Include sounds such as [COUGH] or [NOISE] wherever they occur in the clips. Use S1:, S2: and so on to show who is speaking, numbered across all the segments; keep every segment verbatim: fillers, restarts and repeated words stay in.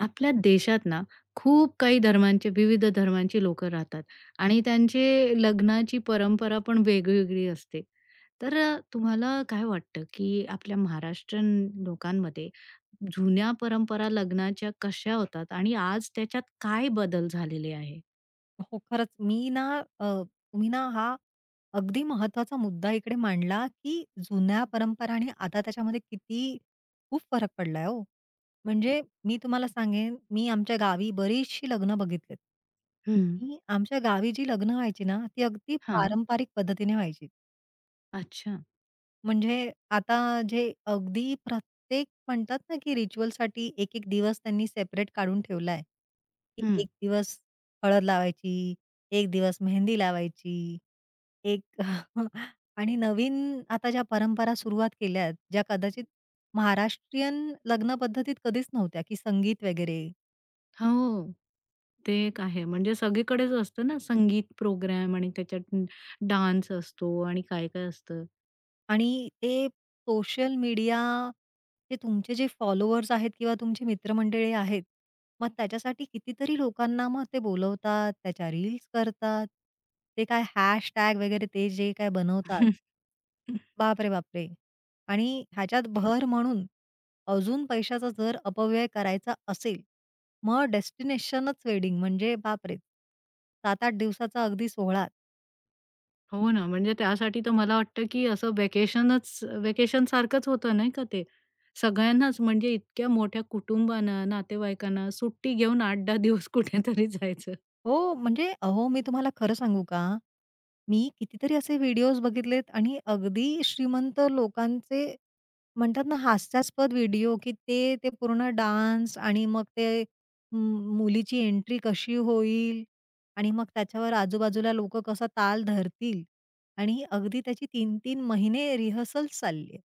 S1: आपल्या देशात ना खूप काही धर्मांचे विविध धर्मांची लोकं राहतात आणि त्यांचे लग्नाची परंपरा पण वेगवेगळी असते. तर अ, तुम्हाला काय वाटतं, की आपल्या महाराष्ट्रीयन लोकांमध्ये जुन्या परंपरा लग्नाच्या कशा होतात आणि आज त्याच्यात काय बदल झालेले आहे?
S2: हो, खरंच. मी ना अ, तुम्ही ना हा अगदी महत्वाचा मुद्दा इकडे मांडला, की जुन्या परंपरा आणि आता त्याच्यामध्ये किती खूप फरक पडलाय हो. म्हणजे मी तुम्हाला सांगेन, मी आमच्या गावी बरीचशी लग्न बघितलेत.
S1: हं.
S2: आणि आमच्या गावी जी लग्न व्हायची ना, ती अगदी
S1: हां.
S2: पारंपरिक पद्धतीने व्हायची.
S1: अच्छा.
S2: म्हणजे आता जे अगदी प्रत्येक म्हणतात ना, की रिच्युअलसाठी एक-एक दिवस त्यांनी सेपरेट काढून ठेवला आहे, की
S1: हं.
S2: एक दिवस हळद लावायची, एक दिवस मेहंदी लावायची, एक [LAUGHS] आणि नवीन आता ज्या परंपरा सुरुवात केल्या आहेत, ज्या कदाचित महाराष्ट्रीयन लग्न पद्धतीत कधीच नव्हत्या, की संगीत वगैरे.
S1: हो. ते एक आहे. म्हणजे सगळीकडेच असतं ना संगीत प्रोग्राम आणि त्याच्यात डान्स असतो आणि काय-काय असतं.
S2: आणि ते सोशल मीडिया हे तुमचे जे फॉलोअर्स आहेत किंवा तुमची मित्रमंडळी आहेत, मग त्याच्यासाठी कितीतरी लोकांना मग ते बोलवतात, त्याच्या रील्स करतात. ते काय हॅशटॅग वगैरे ते जे काय बनवतात.
S1: [LAUGHS]
S2: बापरे, बापरे! आणि ह्याच्यात भर म्हणून अजून पैशाचा जर अपव्यय करायचा असेल, मग डेस्टिनेशनच वेडिंग म्हणजे बापरे! सात आठ दिवसाचा अगदी सोहळा.
S1: हो ना, म्हणजे त्यासाठी तर मला वाटतं, की असं व्हॅकेशनच व्हॅकेशनसारखंच होतं नाही का ते. सगळ्यांनाच म्हणजे इतक्या मोठ्या कुटुंबांना, नातेवाईकांना सुट्टी घेऊन आठ ते दहा दिवस कुठेतरी जायचं.
S2: हो, म्हणजे अहो, मी तुम्हाला खरं सांगू का? मी कितीतरी असे व्हिडिओज बघितलेत आणि अगदी श्रीमंत लोकांचे म्हणतात ना, हास्यास्पद व्हिडिओ, की ते ते पूर्ण डान्स आणि मग ते मु मुलीची एंट्री कशी होईल आणि मग त्याच्यावर आजूबाजूला लोकं कसा ताल धरतील आणि अगदी त्याची तीन तीन महिने रिहर्सल्स चालली आहे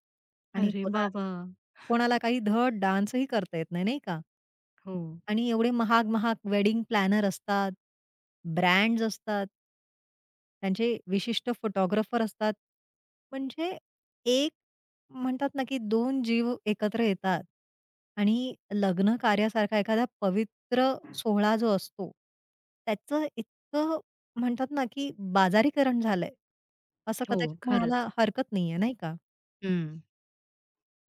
S2: आणि
S1: अरे
S2: कोणा
S1: बाबा!
S2: कोणाला काही धड डान्सही करता येत नाही, नाही का?
S1: हो,
S2: आणि एवढे महाग-महाग वेडिंग प्लॅनर असतात, ब्रँड्स असतात, त्यांचे विशिष्ट फोटोग्राफर असतात. म्हणजे एक म्हणतात ना, की दोन जीव एकत्र येतात आणि लग्न कार्यासारखा एखादा पवित्र सोहळा जो असतो, त्याचं इतकं म्हणतात ना, की बाजारीकरण झालंय. असं
S1: हो,
S2: कदाचित म्हणायला
S1: खरंच.
S2: हरकत नाहीये, नाही का?
S1: हं.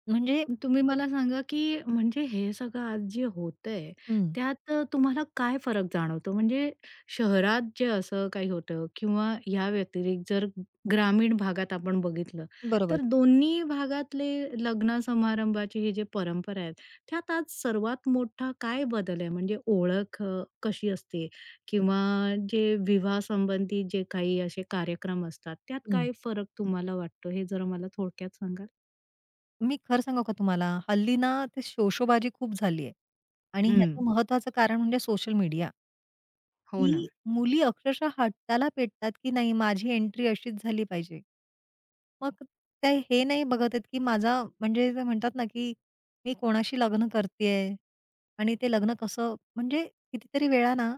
S2: म्हणजे
S1: तुम्ही मला सांगा, की म्हणजे हे सगळं आज जे होतंय,
S2: हं,
S1: त्यात तुम्हाला काय फरक जाणवतो? म्हणजे शहरात जे असं काही होतं किंवा या व्यतिरिक्त जर ग्रामीण भागात आपण बघितलं,
S2: बरोबर.
S1: तर दोन्ही भागातले लग्न समारंभाची ही जी परंपरा आहे, त्यात आज सर्वात मोठा काय बदल आहे? म्हणजे ओळख अ, कशी असते किंवा जे विवाहासंबंधी जे काही असे कार्यक्रम असतात, त्यात काय फरक तुम्हाला वाटतो? हे जरा मला थोडक्यात सांगाल?
S2: मी खरं सांगू का तुम्हाला, हल्ली ना ते शोशोबाजी खूप झाली आहे. आणि
S1: हं.
S2: ह्याचं महत्त्वाचं कारण म्हणजे सोशल मीडिया, की
S1: हो ना.
S2: मुली अक्षरशः हट्टाला पेटतात, की नाही माझी एंट्री अशीच झाली पाहिजे. मग त्या हे नाही बघत आहेत, की माझा म्हणजे ते म्हणतात ना, की मी कोणाशी लग्न करतेय आणि ते लग्न कसं म्हणजे कितीतरी वेळा ना,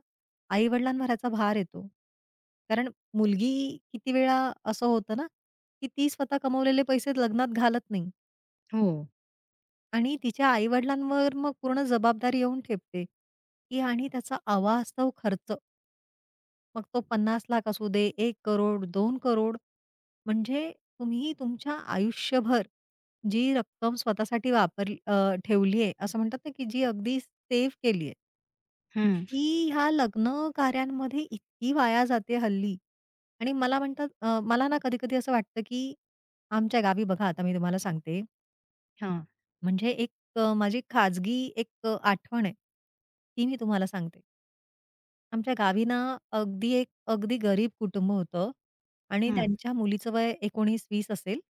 S2: आई-वडिलांवर याचा भार येतो. कारण मुलगी किती वेळा असं होतं ना, की ती स्वतः कमवलेले पैसे लग्नात घालत नाही.
S1: हो.
S2: आणि तिच्या आई-वडिलांवर मग पूर्ण जबाबदारी येऊन ठेपते, की आणि त्याचा अवास्तव खर्च. मग तो पन्नास लाख असू दे, एक कोटी, करोड, दोन करोड, म्हणजे तुम्ही तुमच्या आयुष्यभर जी रक्कम स्वतःसाठी वापरली अ, ठेवली आहे, असं म्हणतात ना, की जी अगदी सेव्ह केली आहे,
S1: हं.
S2: ती ह्या लग्न कार्यांमध्ये इतकी वाया जाते हल्ली. आणि मला म्हणतात अ, मला ना कधी-कधी असं वाटतं, की आमच्या गावी बघा, आता मी तुम्हाला सांगते
S1: हां.
S2: म्हणजे एक अ, माझी खाजगी एक अ, आठवण आहे, ती मी तुम्हाला सांगते. आमच्या गावी ना अगदी एक अगदी गरीब कुटुंब होतं आणि
S1: हं.
S2: त्यांच्या मुलीचं वय एकोणीस वीस असेल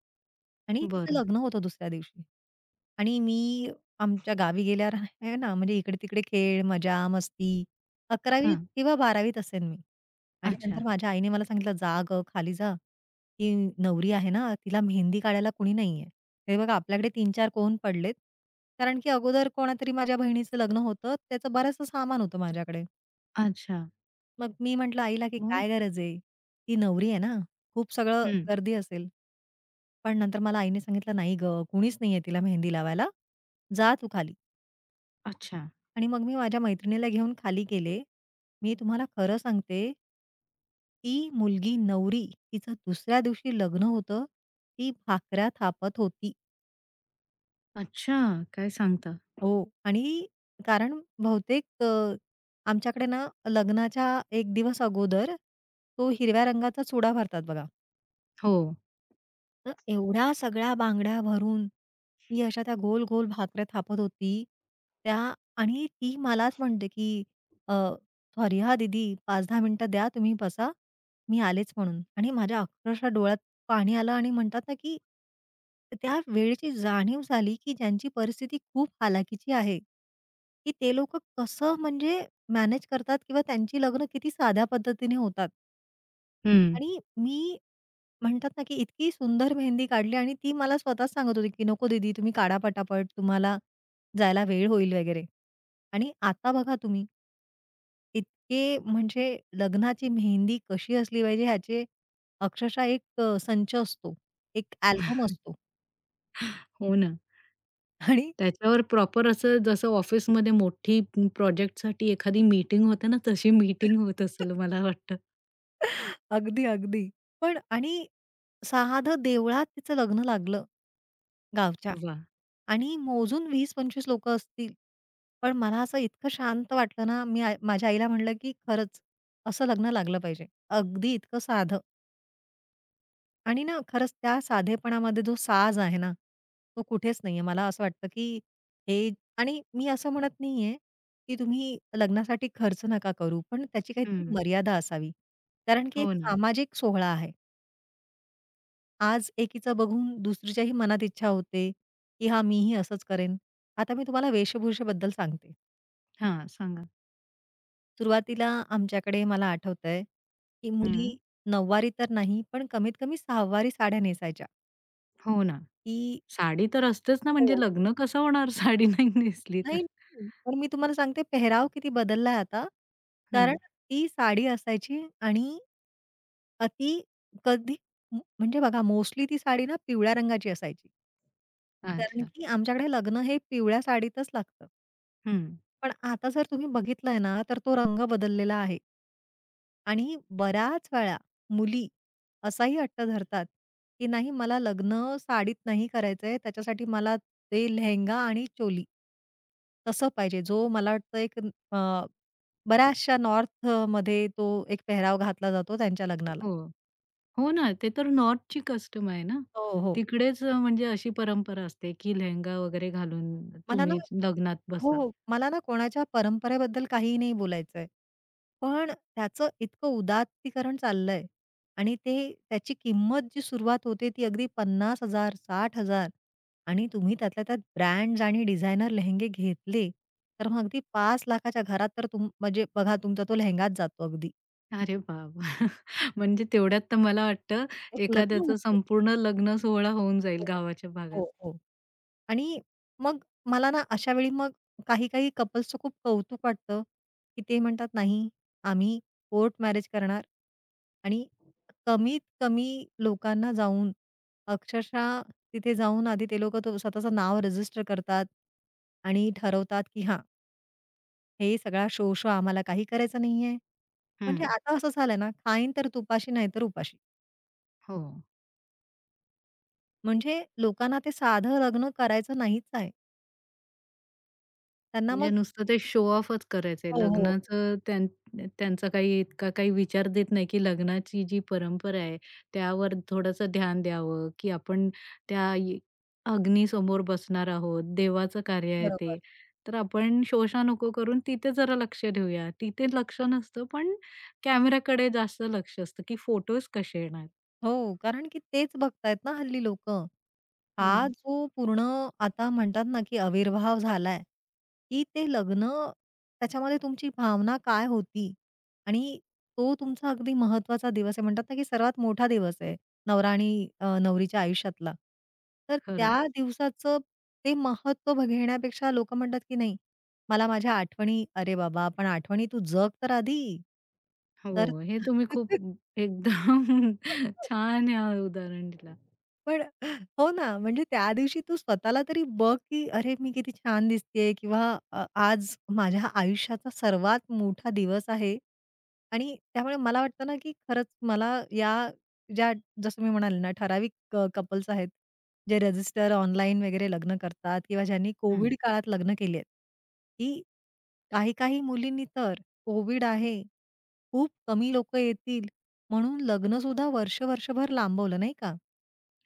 S2: आणि तिचं
S1: बरं.
S2: लग्न होतं दुसऱ्या दिवशी. आणि मी आमच्या गावी गेल्यावर आहे ना, म्हणजे इकडे-तिकडे खेळ, मजा, मस्ती 11वी
S1: हां.
S2: किंवा 12वीत असेन मी. आणि
S1: अच्छा.
S2: नंतर माझ्या आईने मला सांगितलं, "जा गं, खाली जा. ती नवरी आहे ना, तिला मेहंदी काढायला कुणी नाहीये." हे बघा आपल्याकडे तीन चार कोण पडलेत. कारण की अगोदर कोणातरी माझ्या बहिणीचं लग्न होतं. त्याचं बरंचसं सामान होतं माझ्याकडे.
S1: अच्छा.
S2: मग मी म्हटलं आईला, की
S1: मग?
S2: "काय गरज आहे? ती नवरी आहे ना, खूप सगळं
S1: हं.
S2: गर्दी असेल." पण नंतर मला आईने सांगितलं, "नाही गं, कुणीच नाहीये तिला मेहंदी लावायला. जा तू खाली."
S1: अच्छा.
S2: आणि मग मी माझ्या मैत्रिणीला घेऊन खाली गेले. मी तुम्हाला खरं सांगते, ती मुलगी नवरी, तिचं दुसऱ्या दिवशी लग्न होतं. ती भाकऱ्या थापत होती.
S1: अच्छा! काय सांगता?
S2: हो आणि कारण बहुतेक अ, आमच्याकडे ना लग्नाच्या एक दिवस अगोदर तो हिरव्या रंगाचा चुडा भरतात बघा.
S1: हो.
S2: तर एवढा सगळा बांगडा भरून ती अशा त्या गोल-गोल भाकऱ्या थापत होती. त्या आणि ती मलाच म्हणते, की अ, "सॉरी हां दीदी, पाच दहा मिनिटं द्या तुम्ही बसा, मी आलेच" म्हणून. आणि माझ्या अक्षरशः डोळ्यात पाणी आलं आणि म्हणतात ना, की त्या वेळेची जाणीव झाली, की ज्यांची परिस्थिती खूप हालाकीची आहे, की ते लोकं कसं म्हणजे मॅनेज करतात किंवा त्यांची लग्न किती साध्या पद्धतीने होतात.
S1: हं.
S2: आणि मी म्हणतात ना, की इतकी सुंदर मेहंदी काढली आणि ती मला स्वतःच सांगत होती, की "नको दीदी तुम्ही काढा पटापट, तुम्हाला जायला वेळ होईल वगैरे." आणि आता बघा तुम्ही, इतके म्हणजे लग्नाची मेहंदी कशी असली पाहिजे ह्याचे अक्षरशः एक अ, संच असतो, एक अल्बम असतो
S1: हो ना.
S2: आणि
S1: त्याच्यावर प्रॉपर असं जसं ऑफिसमध्ये मोठी प्रोजेक्टसाठी एखादी मीटिंग होते ना, तशी मीटिंग होत असेल
S2: [LAUGHS]
S1: मला वाटतं.
S2: अगदी, अगदी. पण आणि साधं देवळात तिचं लग्न लागलं गावच्या.
S1: वाह!
S2: आणि मोजून वीस पंचवीस लोकं असतील. पण मला असं इतकं शांत वाटलं ना, मी आ माझ्या आईला म्हटलं, की "खरंच असं लग्न लागलं पाहिजे. अगदी इतकं साधं." आणि ना खरंच त्या साधेपणामध्ये जो साज आहे ना, तो कुठेच नाहीये. मला असं वाटतं, की हे आणि मी असं म्हणत नाहीये, की तुम्ही लग्नासाठी खर्च नका करू, पण त्याची काहीतरी
S1: हं.
S2: मर्यादा असावी. कारण की एक
S1: हो ना.
S2: सामाजिक सोहळा आहे. आज एकीचं बघून दुसरीच्याही मनात इच्छा होते, की हां, मीही असंच करेन. आता मी तुम्हाला वेशभूषेबद्दल सांगते.
S1: हां, सांगा.
S2: सुरुवातीला आमच्याकडे मला आठवतंय, की मुली
S1: हं.
S2: नऊवारी तर नाही, पण कमीत कमी सहावारी साड्या नेसायच्या,
S1: हो ना.
S2: की
S1: साडी तर असतेच ना,
S2: हो.
S1: म्हणजे लग्न कसं होणार [LAUGHS] साडी नाही नेसली तर?
S2: नाही, नाही. पण मी तुम्हाला सांगते पेहराव किती बदललाय आता.
S1: हं.
S2: कारण ती साडी असायची आणि अति कधी म म्हणजे बघा मोस्टली ती साडी ना पिवळ्या रंगाची असायची. कारण
S1: अच्छा.
S2: की आमच्याकडे लग्न हे पिवळ्या साडीतच लागतं.
S1: हं.
S2: पण आता जर तुम्ही बघितलंय ना, तर तो रंग बदललेला आहे. आणि बऱ्याच वेळा मुली असाही हट्ट धरतात, की नाही मला लग्न साडीत नाही करायचंय, त्याच्यासाठी मला ते लेहेंगा आणि चोली. तसं पाहिजे. जो मला वाटतं एक अ, बऱ्याचशा नॉर्थमध्ये तो एक पेहराव घातला जातो त्यांच्या लग्नाला.
S1: हो. हो ना, ते तर नॉर्थची कस्टम आहे ना.
S2: हो, हो.
S1: तिकडेच अ, म्हणजे अशी परंपरा असते, की लेहेंगा वगैरे घालून
S2: मला ना
S1: तुम्ही लग्नात
S2: हो,
S1: बसा.
S2: हो. मला ना कोणाच्या परंपरेबद्दल काहीही नाही बोलायचंय. पण त्याचं इतकं उदात्तीकरण चाललंय आणि ते त्याची किंमत जी सुरुवात होते ती अगदी पन्नास हजार साठ हजार आणि तुम्ही त्यातल्या त्यात ब्रँड्स आणि डिझायनर लेहेंगे घेतले, तर मग अगदी पाच लाख च्या घरात तर तुम म्हणजे बघा तुमचा तो लेहेंगाच जातो अगदी.
S1: अरे बाबा! [LAUGHS] म्हणजे तेवढ्यात तर मला वाटतं
S2: एक लग्न
S1: एखाद्याचं
S2: होते.
S1: संपूर्ण लग्न सोहळा होऊन जाईल
S2: हो, हो.
S1: गावाच्या भागात.
S2: हो, हो. आणि मग मला ना अशावेळी मग काही-काही कपल्सचं खूप कौतुक वाटतं, की ते म्हणतात, "नाही, आम्ही कोर्ट मॅरेज करणार आणि कमीत कमी लोकांना जाऊन अक्षरशः तिथे जाऊन आधी ते लोकं तो स्वतःचं नाव रजिस्टर करतात आणि ठरवतात, की हां, हे सगळा शो-शो आम्हाला काही करायचं नाहीये."
S1: हं,
S2: म्हणजे आता असं झालंय ना, "खाईन तर तुपाशी, नाहीतर उपाशी."
S1: हो.
S2: म्हणजे लोकांना ते साधं लग्न करायचं नाहीच आहे. त्यांना मग
S1: म्हणजे नुसतं ते शो ऑफच करायचंय.
S2: हो, हो, हो.
S1: लग्नाचं त्यां त्यांचा काही इतका काही विचार देत नाही, की लग्नाची जी परंपरा आहे, त्यावर थोडंसं ध्यान द्यावं, की आपण त्या य अग्नीसमोर बसणार आहोत. देवाचं कार्य आहे
S2: बरोबर.
S1: ते. तर आपण शोषा नको करून तिथे जरा लक्ष देऊया. तिथे लक्ष नसतं, पण कॅमेराकडे जास्त लक्ष असतं, की फोटोज कसे येणार.
S2: हो, कारण की तेच बघतायत ना हल्ली लोकं. हा
S1: हं,
S2: जो पूर्ण आता म्हणतात ना, की आविर्भाव झालाय, की ते लग्न त्याच्यामध्ये तुमची भावना काय होती? आणि तो तुमचा अगदी महत्वाचा दिवस आहे. म्हणतात ना, की सर्वात मोठा दिवस आहे नवरा आणि अ, नवरीच्या आयुष्यातला. तर त्या
S1: खरंच.
S2: दिवसाचं ते महत्त्व बघण्यापेक्षा लोकं म्हणतात, की नाही मला माझ्या आठवणी अरे बाबा, पण आठवणी तू जग तर आधी. तर
S1: हो, हे तुम्ही खूप
S2: [LAUGHS]
S1: एकदम [LAUGHS] छान अ, उदाहरण दिलं.
S2: पण हो ना, म्हणजे त्या दिवशी तू स्वतःला तरी बघ, की "अरे, मी किती छान दिसतेय" किंवा अ, "आज माझ्या आयुष्याचा सर्वात मोठा दिवस आहे." आणि त्यामुळे मला वाटतं ना, की खरंच मला या ज्या जसं मी म्हणाले ना, ठराविक क कपल्स आहेत, जे रजिस्टर ऑनलाईन वगैरे लग्न करतात किंवा ज्यांनी कोविड
S1: हं,
S2: काळात लग्न केली आहेत, की काही-काही मुलींनी तर कोविड आहे, खूप कमी लोकं येतील म्हणून लग्नसुद्धा वर्ष-वर्षभर लांबवलं, नाही का?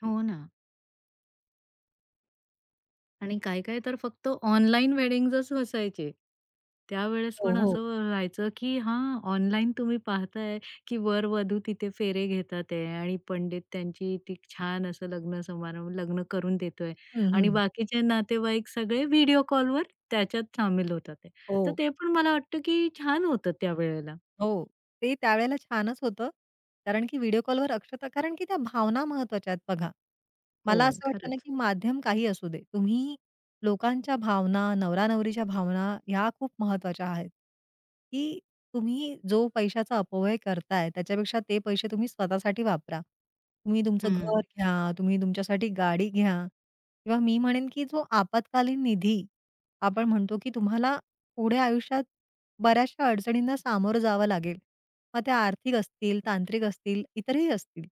S1: हो ना. आणि काही-काही तर फक्त ऑनलाईन वेडिंग्जच असायचे. त्यावेळेस पण
S2: हो
S1: असं व्हायचं, की हां, ऑनलाईन तुम्ही पाहताय, की वर-वधू तिथे फेरे घेतात आहे आणि पंडित त्यांची ती छान असं लग्न समारंभ लग्न करून देतोय
S2: हं,
S1: आणि
S2: हं.
S1: बाकीचे नातेवाईक सगळे व्हिडिओ कॉलवर त्याच्यात सामील होतात आहे.
S2: हो,
S1: तर ते पण मला वाटतं, की छान होतं त्यावेळेला.
S2: हो. ते त्यावेळेला छानच होतं. कारण की व्हिडिओ कॉलवर अक्षता, कारण की त्या भावना महत्वाच्या आहेत बघा.
S1: हो,
S2: मला असं वाटतं ना,
S1: खरंच.
S2: की माध्यम काही असू दे. तुम्ही लोकांच्या भावना, नवरा-नवरीच्या भावना ह्या खूप महत्वाच्या आहेत, की तुम्ही जो पैशाचा अपव्यय करताय त्याच्यापेक्षा ते पैसे तुम्ही स्वतःसाठी वापरा. तुम्ही तुमचं घर
S1: हं,
S2: घ्या, तुम्ही तुमच्यासाठी गाडी घ्या किंवा मी म्हणेन, की जो आपत्कालीन निधी आपण म्हणतो, की तुम्हाला पुढे आयुष्यात बऱ्याचशा अडचणींना सामोरं जावं लागेल. मग त्या आर्थिक असतील, तांत्रिक असतील, इतरही असतील.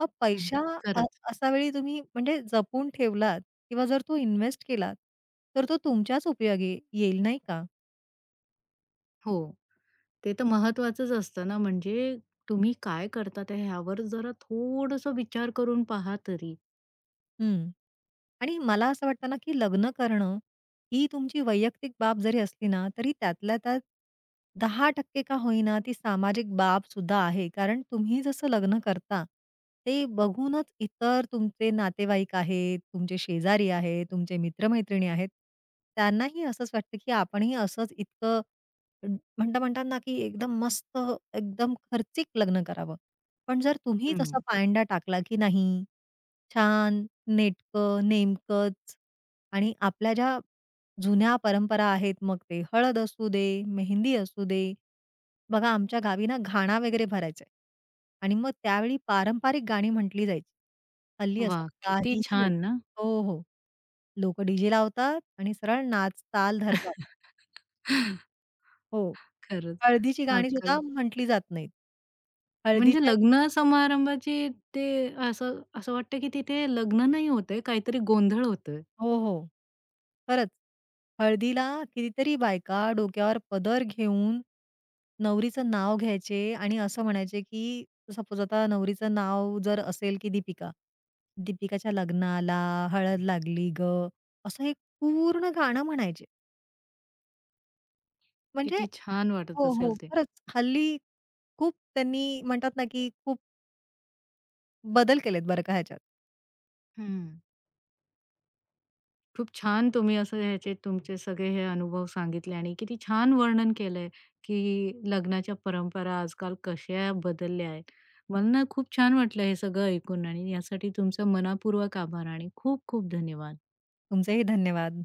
S2: मग
S1: हं.
S2: पैसा अ,
S1: खरंच.
S2: अशा वेळी तुम्ही म्हणजे जपून ठेवलात किंवा जर तो इन्व्हेस्ट केलात, तर तो तुमच्याच उपयोगी येईल, नाही का?
S1: हो. ते तर महत्वाचंच असतं ना, म्हणजे तुम्ही काय करता ते ह्यावर जरा थोडंसं विचार करून पहा तरी.
S2: हं. आणि मला असं वाटतं ना, की लग्न करणं ही तुमची वैयक्तिक बाब जरी असली ना, तरी त्यातल्या त्यात दहा टक्के का होईना ती सामाजिक बाब बाबसुद्धा आहे. कारण तुम्ही जसं लग्न करता, ते बघूनच इतर तुमचे नातेवाईक आहेत, तुमचे शेजारी आहेत, तुमचे मित्र आहेत, त्यांनाही असंच वाटतं, की आपणही असंच इतकं म्हणता म्हणतात ना, की एकदम मस्त एकदम खर्चिक लग्न करावं. पण जर तुम्ही
S1: हं.
S2: तसा पायंडा टाकला, की नाही छान, नेटकं, नेमकंच आणि आपल्या ज्या जुन्या परंपरा आहेत, मग ते हळद असू दे, मेहंदी असू दे. बघा आमच्या गावी ना घाणा वगैरे भरायचा आणि मग त्यावेळी पारंपरिक गाणी म्हटली जायची. हल्ली असं
S1: वाह! किती
S2: काहीही
S1: छान
S2: होत-
S1: ना.
S2: हो, हो. लोकं डी लावतात आणि सरळ नाच ताल धरतात.
S1: [LAUGHS]
S2: हो.
S1: खरंच
S2: हळदीची गाणी सुद्धा
S1: आजकाल
S2: म्हटली जात नाहीत.
S1: म्हणजे
S2: हळदीच्या
S1: लग्न समारंभाची ते असं असं वाटतं की तिथे लग्न नाही होतंय, काहीतरी गोंधळ होतोय.
S2: हो, हो. खरंच. हळदीला कितीतरी बायका डोक्यावर पदर घेऊन नवरीचं नाव घ्यायचे आणि असं म्हणायचे, की सपोज आता नवरीचं नाव जर असेल, की दीपिका. दीपिकाच्या लग्नाला हळद लागली गं, असं एक पूर्ण गाणं म्हणायचे. म्हणजे
S1: किती छान वाटत
S2: हो, हो.
S1: असेल ते.
S2: खरंच हल्ली खूप त्यांनी म्हणतात ना, की खूप बदल केलेत बरं का ह्याच्यात.
S1: हं. खूप छान तुम्ही असं ह्याचे तुमचे सगळे हे अनुभव सांगितले आणि किती छान वर्णन केलंय, की लग्नाच्या परंपरा आजकाल कशा बदलल्या आहेत. मला ना खूप छान वाटलं हे सगळं ऐकून आणि यासाठी तुमचा मनापूर्वक आभार आणि खूप खूप धन्यवाद.
S2: तुमचेही धन्यवाद.